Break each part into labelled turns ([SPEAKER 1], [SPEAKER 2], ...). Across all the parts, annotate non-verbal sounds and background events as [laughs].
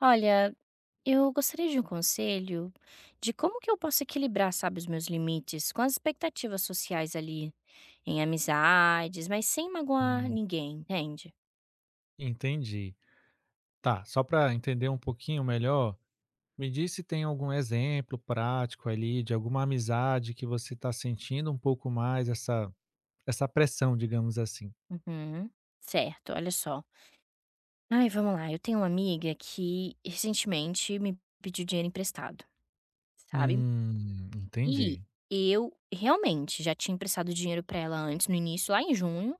[SPEAKER 1] Olha, eu gostaria de um conselho de como que eu posso equilibrar, sabe, os meus limites com as expectativas sociais ali, em amizades, mas sem magoar
[SPEAKER 2] Hum,
[SPEAKER 1] ninguém, entende?
[SPEAKER 2] entendi. Tá, só para entender um pouquinho melhor, me diz se tem algum exemplo prático ali de alguma amizade que você está sentindo um pouco mais essa pressão, digamos assim.
[SPEAKER 1] Uhum. Certo, olha só. Ai, vamos lá. Eu tenho uma amiga que recentemente me pediu dinheiro emprestado, sabe? E
[SPEAKER 2] Entendi.
[SPEAKER 1] eu realmente já tinha emprestado dinheiro pra ela antes, no início, lá em junho.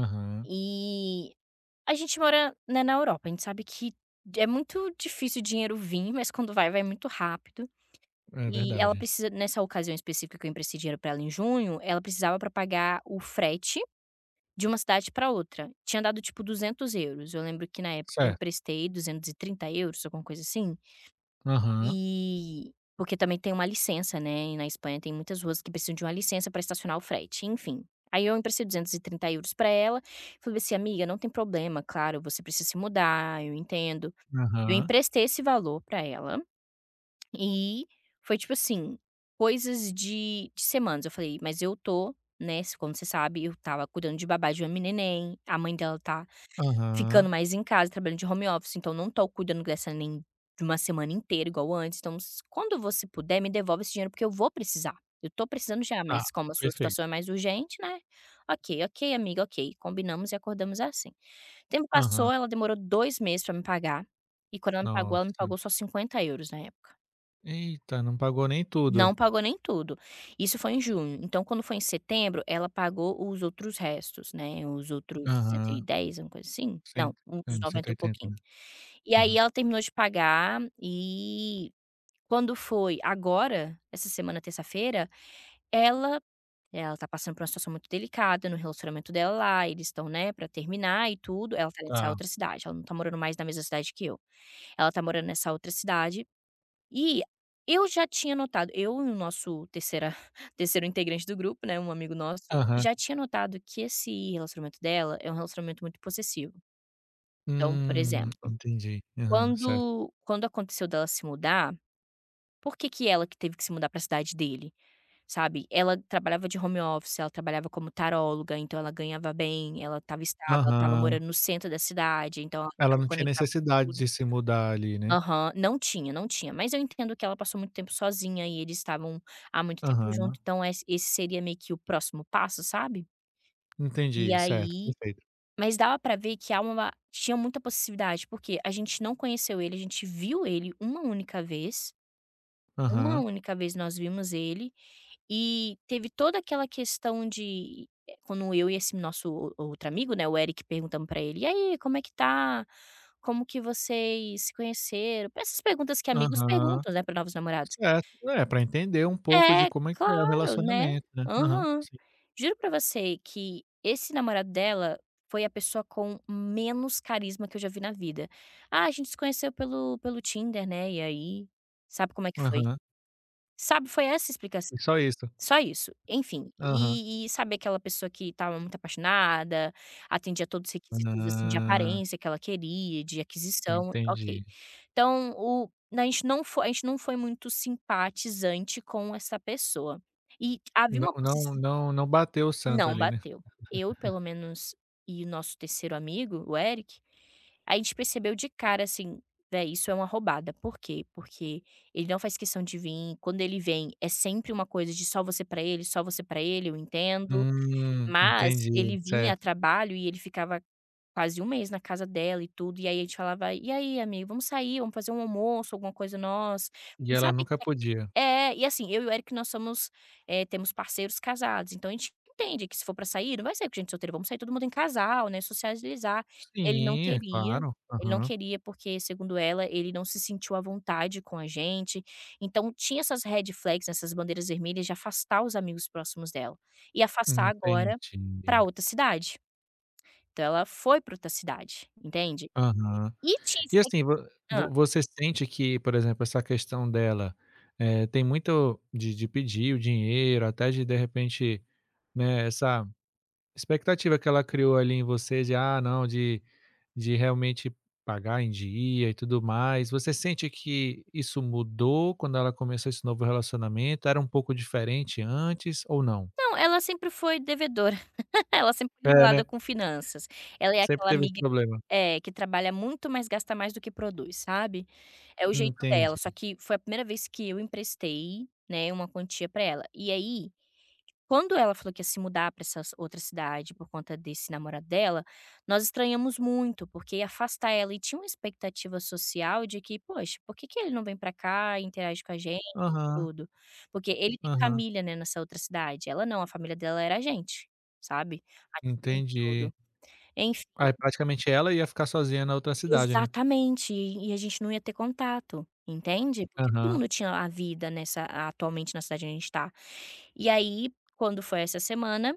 [SPEAKER 2] Aham,
[SPEAKER 1] E A gente mora, né, na Europa, a gente sabe que é muito difícil o dinheiro vir, mas quando vai, vai muito rápido.
[SPEAKER 2] é
[SPEAKER 1] E ela
[SPEAKER 2] verdade.
[SPEAKER 1] precisa nessa ocasião específica que eu emprestei dinheiro pra ela em junho, ela precisava pra pagar o frete de uma cidade pra outra. Tinha dado tipo €200. Eu lembro que na época eu
[SPEAKER 2] Certo.
[SPEAKER 1] emprestei 230 €, alguma coisa assim.
[SPEAKER 2] Aham,
[SPEAKER 1] E porque também tem uma licença, né, e na Espanha tem muitas ruas que precisam de uma licença para estacionar o frete, enfim. Aí eu emprestei €230 para ela, falei assim: "Amiga, não tem problema, claro, você precisa se mudar, eu entendo". Eu
[SPEAKER 2] aham,
[SPEAKER 1] emprestei esse valor para ela e foi, tipo assim, coisas de semanas, eu falei: "Mas eu tô, né, como você sabe, eu estava cuidando de babá de uma neném, a mãe dela tá ficando
[SPEAKER 2] aham.
[SPEAKER 1] mais em casa, trabalhando de home office, então não tô cuidando dessa nem de uma semana inteira igual antes, então s quando você puder me devolve esse dinheiro, porque eu vou precisar. Eu tô precisando já,
[SPEAKER 2] Ah,
[SPEAKER 1] mas como a sua situação
[SPEAKER 2] perfeito.
[SPEAKER 1] é mais urgente, né, ok, ok amiga, ok, combinamos e acordamos assim". O tempo
[SPEAKER 2] Aham.
[SPEAKER 1] passou, ela demorou 2 meses pra me pagar, e quando ela me
[SPEAKER 2] Nossa.
[SPEAKER 1] pagou só €50 na época.
[SPEAKER 2] Eita, não pagou nem tudo.
[SPEAKER 1] Não pagou nem tudo. Isso foi em junho. Então, quando foi em setembro, ela pagou os outros restos, né, os outros cento e
[SPEAKER 2] Aham.
[SPEAKER 1] dez uma coisa assim? Não,
[SPEAKER 2] 100, é,
[SPEAKER 1] uns
[SPEAKER 2] Cento
[SPEAKER 1] 90
[SPEAKER 2] e
[SPEAKER 1] e um
[SPEAKER 2] oitenta,
[SPEAKER 1] pouquinho.
[SPEAKER 2] né.
[SPEAKER 1] E aí
[SPEAKER 2] Aham.
[SPEAKER 1] ela terminou de pagar e quando foi agora, essa semana, terça-feira, ela ela tá passando por uma situação muito delicada no relacionamento dela lá, eles estão, né, pra terminar e tudo. Ela tá nessa
[SPEAKER 2] Tá.
[SPEAKER 1] outra cidade, ela não tá morando mais na mesma cidade que eu. Ela tá morando nessa outra cidade e eu já tinha notado, eu e o nosso terceira [laughs] terceiro integrante do grupo, né, um amigo nosso,
[SPEAKER 2] Aham.
[SPEAKER 1] já tinha notado que esse relacionamento dela é um relacionamento muito possessivo. Então, por exemplo,
[SPEAKER 2] Entendi. Aham, certo.
[SPEAKER 1] quando aconteceu dela se mudar, por que que ela que teve que se mudar para a cidade dele, sabe? Ela trabalhava de home office, ela trabalhava como taróloga, então ela ganhava bem, ela estava estável, ela estava
[SPEAKER 2] Aham.
[SPEAKER 1] morando no centro da cidade, então ela
[SPEAKER 2] Ela
[SPEAKER 1] estava
[SPEAKER 2] não tinha
[SPEAKER 1] conectada com
[SPEAKER 2] necessidade
[SPEAKER 1] tudo.
[SPEAKER 2] de se mudar ali, né.
[SPEAKER 1] Aham. Não tinha, não tinha. Mas eu entendo que ela passou muito tempo sozinha e eles estavam há muito tempo junto,
[SPEAKER 2] Aham.
[SPEAKER 1] então esse seria meio que o próximo passo, sabe. E
[SPEAKER 2] Entendi, certo,
[SPEAKER 1] aí
[SPEAKER 2] perfeito.
[SPEAKER 1] mas dava pra ver que há uma tinha muita possessividade, porque a gente não conheceu ele, a gente viu ele uma
[SPEAKER 2] Aham.
[SPEAKER 1] única vez nós vimos ele e teve toda aquela questão de quando eu e esse nosso o outro amigo, né, o Eric, perguntamos pra ele: "E aí, como é que tá? Como que vocês se conheceram?". Essas perguntas que amigos
[SPEAKER 2] Aham.
[SPEAKER 1] perguntam, né, para novos namorados.
[SPEAKER 2] Certo. É, pra entender um pouco de
[SPEAKER 1] É,
[SPEAKER 2] como é que é o
[SPEAKER 1] claro, né.
[SPEAKER 2] relacionamento, né. Aham,
[SPEAKER 1] Aham.
[SPEAKER 2] sim.
[SPEAKER 1] Juro pra você que esse namorado dela foi a pessoa com menos carisma que eu já vi na vida. "Ah, a gente se conheceu pelo Tinder, né, e aí". Sabe como é que foi?
[SPEAKER 2] Aham.
[SPEAKER 1] Sabe, foi essa a
[SPEAKER 2] E
[SPEAKER 1] explicação.
[SPEAKER 2] só isso.
[SPEAKER 1] Só isso. Enfim,
[SPEAKER 2] Aham.
[SPEAKER 1] e sabe aquela pessoa que estava muito apaixonada, atendia todos os requisitos, assim, de
[SPEAKER 2] Ah,
[SPEAKER 1] aparência que ela queria, de aquisição, ok.
[SPEAKER 2] entendi.
[SPEAKER 1] Então o A gente não foi muito simpatizante com essa pessoa. E havia
[SPEAKER 2] Não,
[SPEAKER 1] uma possi
[SPEAKER 2] não, não, não bateu o santo
[SPEAKER 1] não
[SPEAKER 2] ali, né.
[SPEAKER 1] bateu. Eu, pelo menos, e o nosso terceiro amigo, o Eric, a gente percebeu de cara assim, véi, isso é uma roubada. Por quê? Porque ele não faz questão de vir, quando ele vem é sempre uma coisa de só você pra ele, só você pra ele, eu entendo, mas
[SPEAKER 2] Entendi,
[SPEAKER 1] ele vinha a
[SPEAKER 2] certo.
[SPEAKER 1] trabalho e ele ficava quase um mês na casa dela e tudo, e aí a gente falava: "E aí amigo, vamos sair, vamos fazer um almoço, alguma coisa nós".
[SPEAKER 2] E
[SPEAKER 1] E
[SPEAKER 2] ela
[SPEAKER 1] sabe,
[SPEAKER 2] nunca podia.
[SPEAKER 1] e assim, eu e o Eric nós somos, temos parceiros casados, então a gente entende que se for pra sair, não vai sair com gente solteira, vamos sair todo mundo em casal, né, socializar. Ele não
[SPEAKER 2] Sim, é
[SPEAKER 1] queria,
[SPEAKER 2] claro.
[SPEAKER 1] ele não
[SPEAKER 2] Aham.
[SPEAKER 1] queria porque, segundo ela, ele não se sentiu à vontade com a gente, então tinha essas red flags, essas bandeiras vermelhas de afastar os amigos próximos dela, e afastar agora pra
[SPEAKER 2] Entendi.
[SPEAKER 1] outra cidade. Então ela foi pra outra cidade, entende.
[SPEAKER 2] Aham.
[SPEAKER 1] E tinha
[SPEAKER 2] E
[SPEAKER 1] expec
[SPEAKER 2] assim, vo
[SPEAKER 1] hã.
[SPEAKER 2] vo você sente que, por exemplo, essa questão dela, tem muito de pedir o dinheiro, até de repente, né, essa expectativa que ela criou ali em você de, ah, não, de realmente pagar em dia e tudo mais. Você sente que isso mudou quando ela começou esse novo relacionamento? Era um pouco diferente antes ou não?
[SPEAKER 1] Não, ela sempre foi devedora. Ela sempre foi
[SPEAKER 2] É, né?
[SPEAKER 1] enrolada com finanças. Ela é
[SPEAKER 2] Sempre
[SPEAKER 1] aquela
[SPEAKER 2] teve esse
[SPEAKER 1] amiga,
[SPEAKER 2] problema.
[SPEAKER 1] é, que trabalha muito, mas gasta mais do que produz, sabe. É o jeito dela,
[SPEAKER 2] Entendi.
[SPEAKER 1] só que foi a primeira vez que eu emprestei, né, uma quantia pra ela. E aí quando ela falou que ia se mudar para essa outra cidade por conta desse namorado dela, nós estranhamos muito, porque ia afastar ela e tinha uma expectativa social de que: "Poxa, por que que ele não vem para cá e interage com a gente e
[SPEAKER 2] Aham,
[SPEAKER 1] tudo?". Porque ele tem
[SPEAKER 2] aham,
[SPEAKER 1] família, né, nessa outra cidade, ela não, a família dela era a gente, sabe, aqui e
[SPEAKER 2] entendi.
[SPEAKER 1] tudo. Enfim,
[SPEAKER 2] Aí praticamente ela ia ficar sozinha na outra cidade, né?
[SPEAKER 1] exatamente, e a gente não ia ter contato, entende? Porque todo
[SPEAKER 2] Aham.
[SPEAKER 1] mundo tinha a vida nessa, atualmente na cidade onde a gente tá. E aí, quando foi essa semana,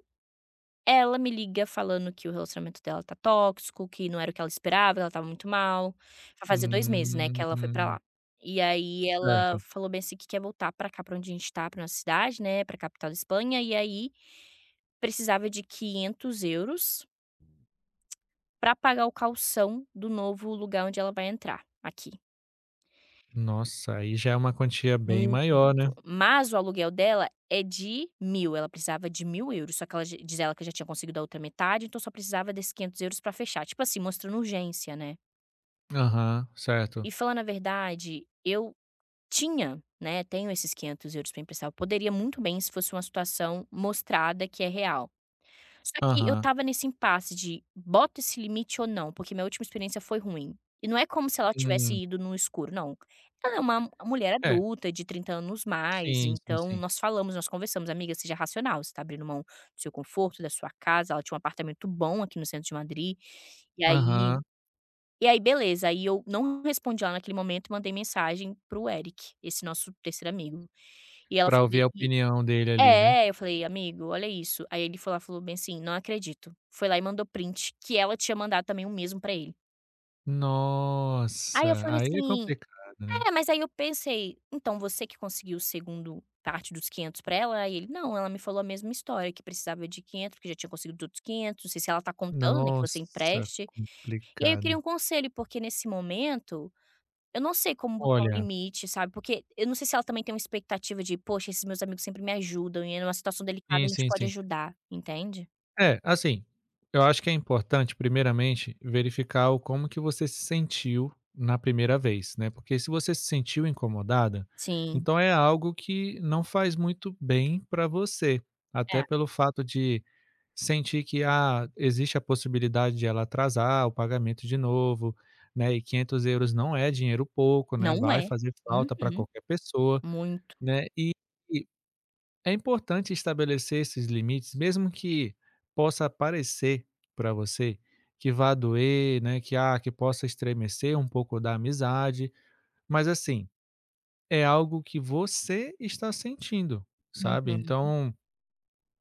[SPEAKER 1] ela me liga falando que o relacionamento dela tá tóxico, que não era o que ela esperava, que ela tava muito mal. Vai fazer 2 meses, né, que ela foi pra
[SPEAKER 2] Hum,
[SPEAKER 1] lá. E aí ela
[SPEAKER 2] certo.
[SPEAKER 1] falou bem assim que quer voltar pra cá, pra onde a gente tá, pra nossa cidade, né, pra capital da Espanha, e aí precisava de €500 pra pagar o calção do novo lugar onde ela vai entrar, aqui.
[SPEAKER 2] Nossa, aí já é uma quantia bem
[SPEAKER 1] Muito,
[SPEAKER 2] maior, né?
[SPEAKER 1] muito. Mas o aluguel dela é de 1.000. Ela precisava de €1.000. Só que ela já diz, ela que já tinha conseguido a outra metade, então só precisava desses €500 pra fechar. Tipo assim, mostrando urgência, né.
[SPEAKER 2] Aham, certo.
[SPEAKER 1] E falando a verdade, eu tinha, né, tenho esses €500 para emprestar, eu poderia muito bem se fosse uma situação mostrada que é real. Só que eu
[SPEAKER 2] Aham.
[SPEAKER 1] estava nesse impasse de boto esse limite ou não, porque minha última experiência foi ruim. E não é como se ela tivesse
[SPEAKER 2] Hum.
[SPEAKER 1] ido no escuro, não. Ela é uma mulher
[SPEAKER 2] É,
[SPEAKER 1] adulta de 30 anos mais,
[SPEAKER 2] sim, sim,
[SPEAKER 1] então
[SPEAKER 2] sim.
[SPEAKER 1] nós falamos, nós conversamos: "Amiga, seja racional, você tá abrindo mão do seu conforto, da sua casa", ela tinha um apartamento bom aqui no centro de Madrid, e aí,
[SPEAKER 2] Aham,
[SPEAKER 1] e aí beleza, aí eu não respondi ela naquele momento, mandei mensagem para o Eric, esse nosso terceiro amigo. E ela
[SPEAKER 2] pra
[SPEAKER 1] falou
[SPEAKER 2] ouvir
[SPEAKER 1] bem,
[SPEAKER 2] a opinião dele ali, né.
[SPEAKER 1] eu falei: "Amigo, olha isso". Aí ele foi lá, falou bem assim: "Não acredito". Foi lá e mandou print que ela tinha mandado também o mesmo pra ele.
[SPEAKER 2] Nossa,
[SPEAKER 1] Aí eu falei
[SPEAKER 2] aí é
[SPEAKER 1] assim,
[SPEAKER 2] complicado, né.
[SPEAKER 1] mas aí eu pensei: "Então você que conseguiu o segundo parte dos 500 pra ela?". Aí ele: "Não, ela me falou a mesma história, que precisava de 500, porque já tinha conseguido os outros 500. Não sei se ela tá contando, né, que você
[SPEAKER 2] Nossa,
[SPEAKER 1] empreste". E aí eu queria
[SPEAKER 2] complicado.
[SPEAKER 1] um conselho, porque nesse momento eu não sei como botar um
[SPEAKER 2] Olha,
[SPEAKER 1] limite, sabe, porque eu não sei se ela também tem uma expectativa de: "Poxa, esses meus amigos sempre me ajudam e numa situação delicada
[SPEAKER 2] sim,
[SPEAKER 1] a gente
[SPEAKER 2] sim,
[SPEAKER 1] pode
[SPEAKER 2] sim.
[SPEAKER 1] ajudar", entende?
[SPEAKER 2] É, assim, eu acho que é importante primeiramente verificar o como que você se sentiu na primeira vez, né, porque se você se sentiu incomodada,
[SPEAKER 1] Sim,
[SPEAKER 2] então é algo que não faz muito bem para você, até
[SPEAKER 1] é.
[SPEAKER 2] pelo fato de sentir que, ah, existe a possibilidade de ela atrasar o pagamento de novo, né, e 500 euros não é dinheiro pouco, né,
[SPEAKER 1] Não
[SPEAKER 2] vai
[SPEAKER 1] é.
[SPEAKER 2] fazer falta para
[SPEAKER 1] Uhum.
[SPEAKER 2] qualquer pessoa,
[SPEAKER 1] Muito.
[SPEAKER 2] né, e é importante estabelecer esses limites, mesmo que possa parecer para você que vá doer, né, que, ah, que possa estremecer um pouco da amizade, mas assim, é algo que você está sentindo, sabe,
[SPEAKER 1] Uhum.
[SPEAKER 2] então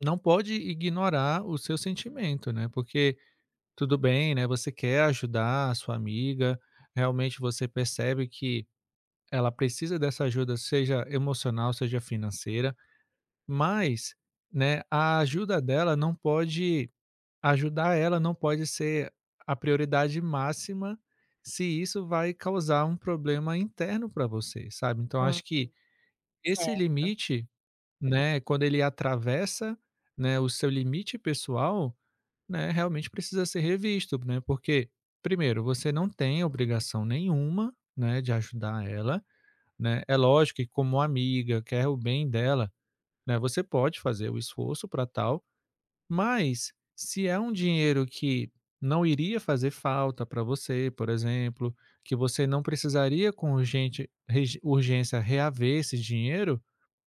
[SPEAKER 2] não pode ignorar o seu sentimento, né, porque tudo bem, né, você quer ajudar a sua amiga, realmente você percebe que ela precisa dessa ajuda, seja emocional, seja financeira, mas, né, a ajuda dela não pode ajudar ela não pode ser a prioridade máxima, se isso vai causar um problema interno para você, sabe. Então
[SPEAKER 1] Hum,
[SPEAKER 2] acho que esse
[SPEAKER 1] certo.
[SPEAKER 2] limite, né, quando ele atravessa, né, o seu limite pessoal, né, realmente precisa ser revisto, né? Porque, primeiro, você não tem obrigação nenhuma, né, de ajudar ela, né? É lógico que como amiga, quer o bem dela, né, você pode fazer o esforço para tal, mas se é um dinheiro que não iria fazer falta para você, por exemplo, que você não precisaria com urgência reaver esse dinheiro,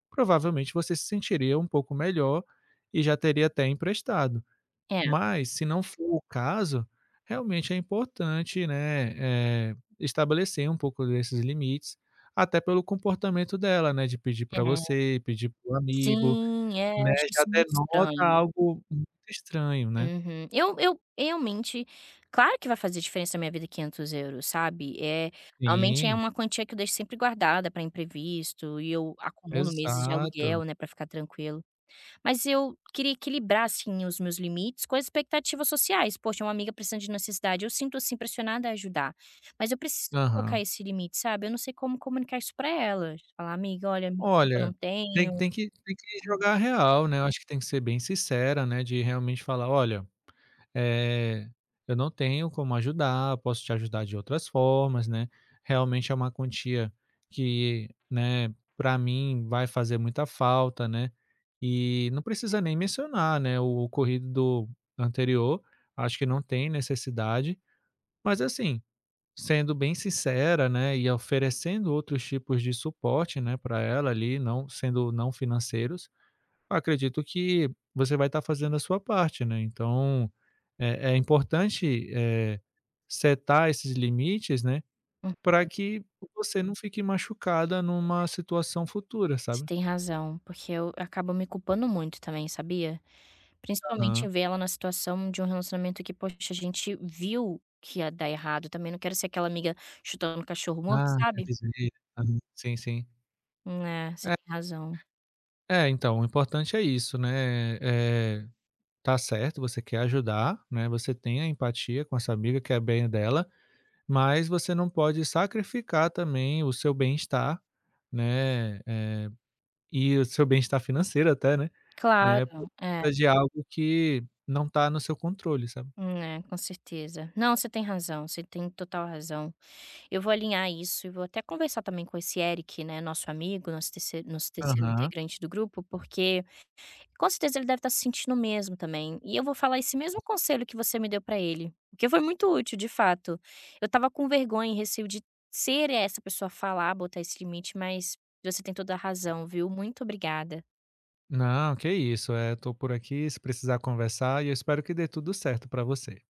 [SPEAKER 2] provavelmente você se sentiria um pouco melhor e já teria até emprestado.
[SPEAKER 1] É,
[SPEAKER 2] Mas se não for o caso, realmente é importante, né, estabelecer um pouco desses limites, até pelo comportamento dela, né, de pedir para
[SPEAKER 1] é.
[SPEAKER 2] você, pedir para o amigo,
[SPEAKER 1] Sim, é, eu
[SPEAKER 2] né,
[SPEAKER 1] acho
[SPEAKER 2] já
[SPEAKER 1] isso muito
[SPEAKER 2] denota
[SPEAKER 1] estranho.
[SPEAKER 2] algo muito estranho, né.
[SPEAKER 1] Uhum. Eu realmente, claro que vai fazer diferença na minha vida 500€, sabe. É, realmente é
[SPEAKER 2] Sim,
[SPEAKER 1] uma quantia que eu deixo sempre guardada para imprevisto e eu acumulo meses de
[SPEAKER 2] exato.
[SPEAKER 1] aluguel, né, para ficar tranquila. Mas eu queria equilibrar, assim, os meus limites com as expectativas sociais. Poxa, uma amiga precisando de necessidade, eu sinto, assim, pressionada a ajudar, mas eu preciso colocar
[SPEAKER 2] Aham.
[SPEAKER 1] esse limite, sabe. Eu não sei como comunicar isso pra ela. Falar: "Amiga, olha, me desculpa, eu
[SPEAKER 2] Olha,
[SPEAKER 1] não
[SPEAKER 2] tem
[SPEAKER 1] tenho".
[SPEAKER 2] tem que tem que jogar a real, né, eu acho que tem que ser bem sincera, né, de realmente falar: "Olha, Eh, eu não tenho como ajudar, posso te ajudar de outras formas, né. Realmente é uma quantia que, né, para mim vai fazer muita falta, né. E não precisa nem mencionar, né, o ocorrido do anterior, acho que não tem necessidade, mas assim, sendo bem sincera, né, e oferecendo outros tipos de suporte, né, para ela ali, não sendo não financeiros, acredito que você vai estar fazendo a sua parte, né, então é importante, setar esses limites, né,
[SPEAKER 1] Hum,
[SPEAKER 2] para que você não fique machucada numa situação futura,
[SPEAKER 1] você
[SPEAKER 2] sabe.
[SPEAKER 1] tem razão, porque eu acabo me culpando muito também, sabia? Principalmente em
[SPEAKER 2] Aham.
[SPEAKER 1] ver ela na situação de um relacionamento que, poxa, a gente viu que ia dar errado, também não quero ser aquela amiga chutando cachorro morto,
[SPEAKER 2] Ah, te
[SPEAKER 1] sabe?
[SPEAKER 2] avisei. Aham. Sim, sim.
[SPEAKER 1] É, você tem razão.
[SPEAKER 2] É, então, o importante é isso, né, tá certo, você quer ajudar, né, você tem a empatia com essa amiga, que é bem dela, mas você não pode sacrificar também o seu bem-estar, né, e o seu bem-estar financeiro até, né, né,
[SPEAKER 1] Claro,
[SPEAKER 2] por
[SPEAKER 1] é.
[SPEAKER 2] conta de algo que não está no seu controle, sabe.
[SPEAKER 1] É, com certeza. Não, você tem razão, você tem total razão. Eu vou alinhar isso e vou até conversar também com esse Eric, né, nosso amigo, nosso terceiro
[SPEAKER 2] Aham,
[SPEAKER 1] integrante do grupo, porque com certeza ele deve estar se sentindo o mesmo também. E eu vou falar esse mesmo conselho que você me deu para ele, porque foi muito útil, de fato. Eu tava com vergonha e receio de ser essa pessoa a falar, botar esse limite, mas você tem toda a
[SPEAKER 2] sim.
[SPEAKER 1] razão, viu? Muito obrigada.
[SPEAKER 2] Não, que isso, estou por aqui, se precisar conversar e eu espero que dê tudo certo para você.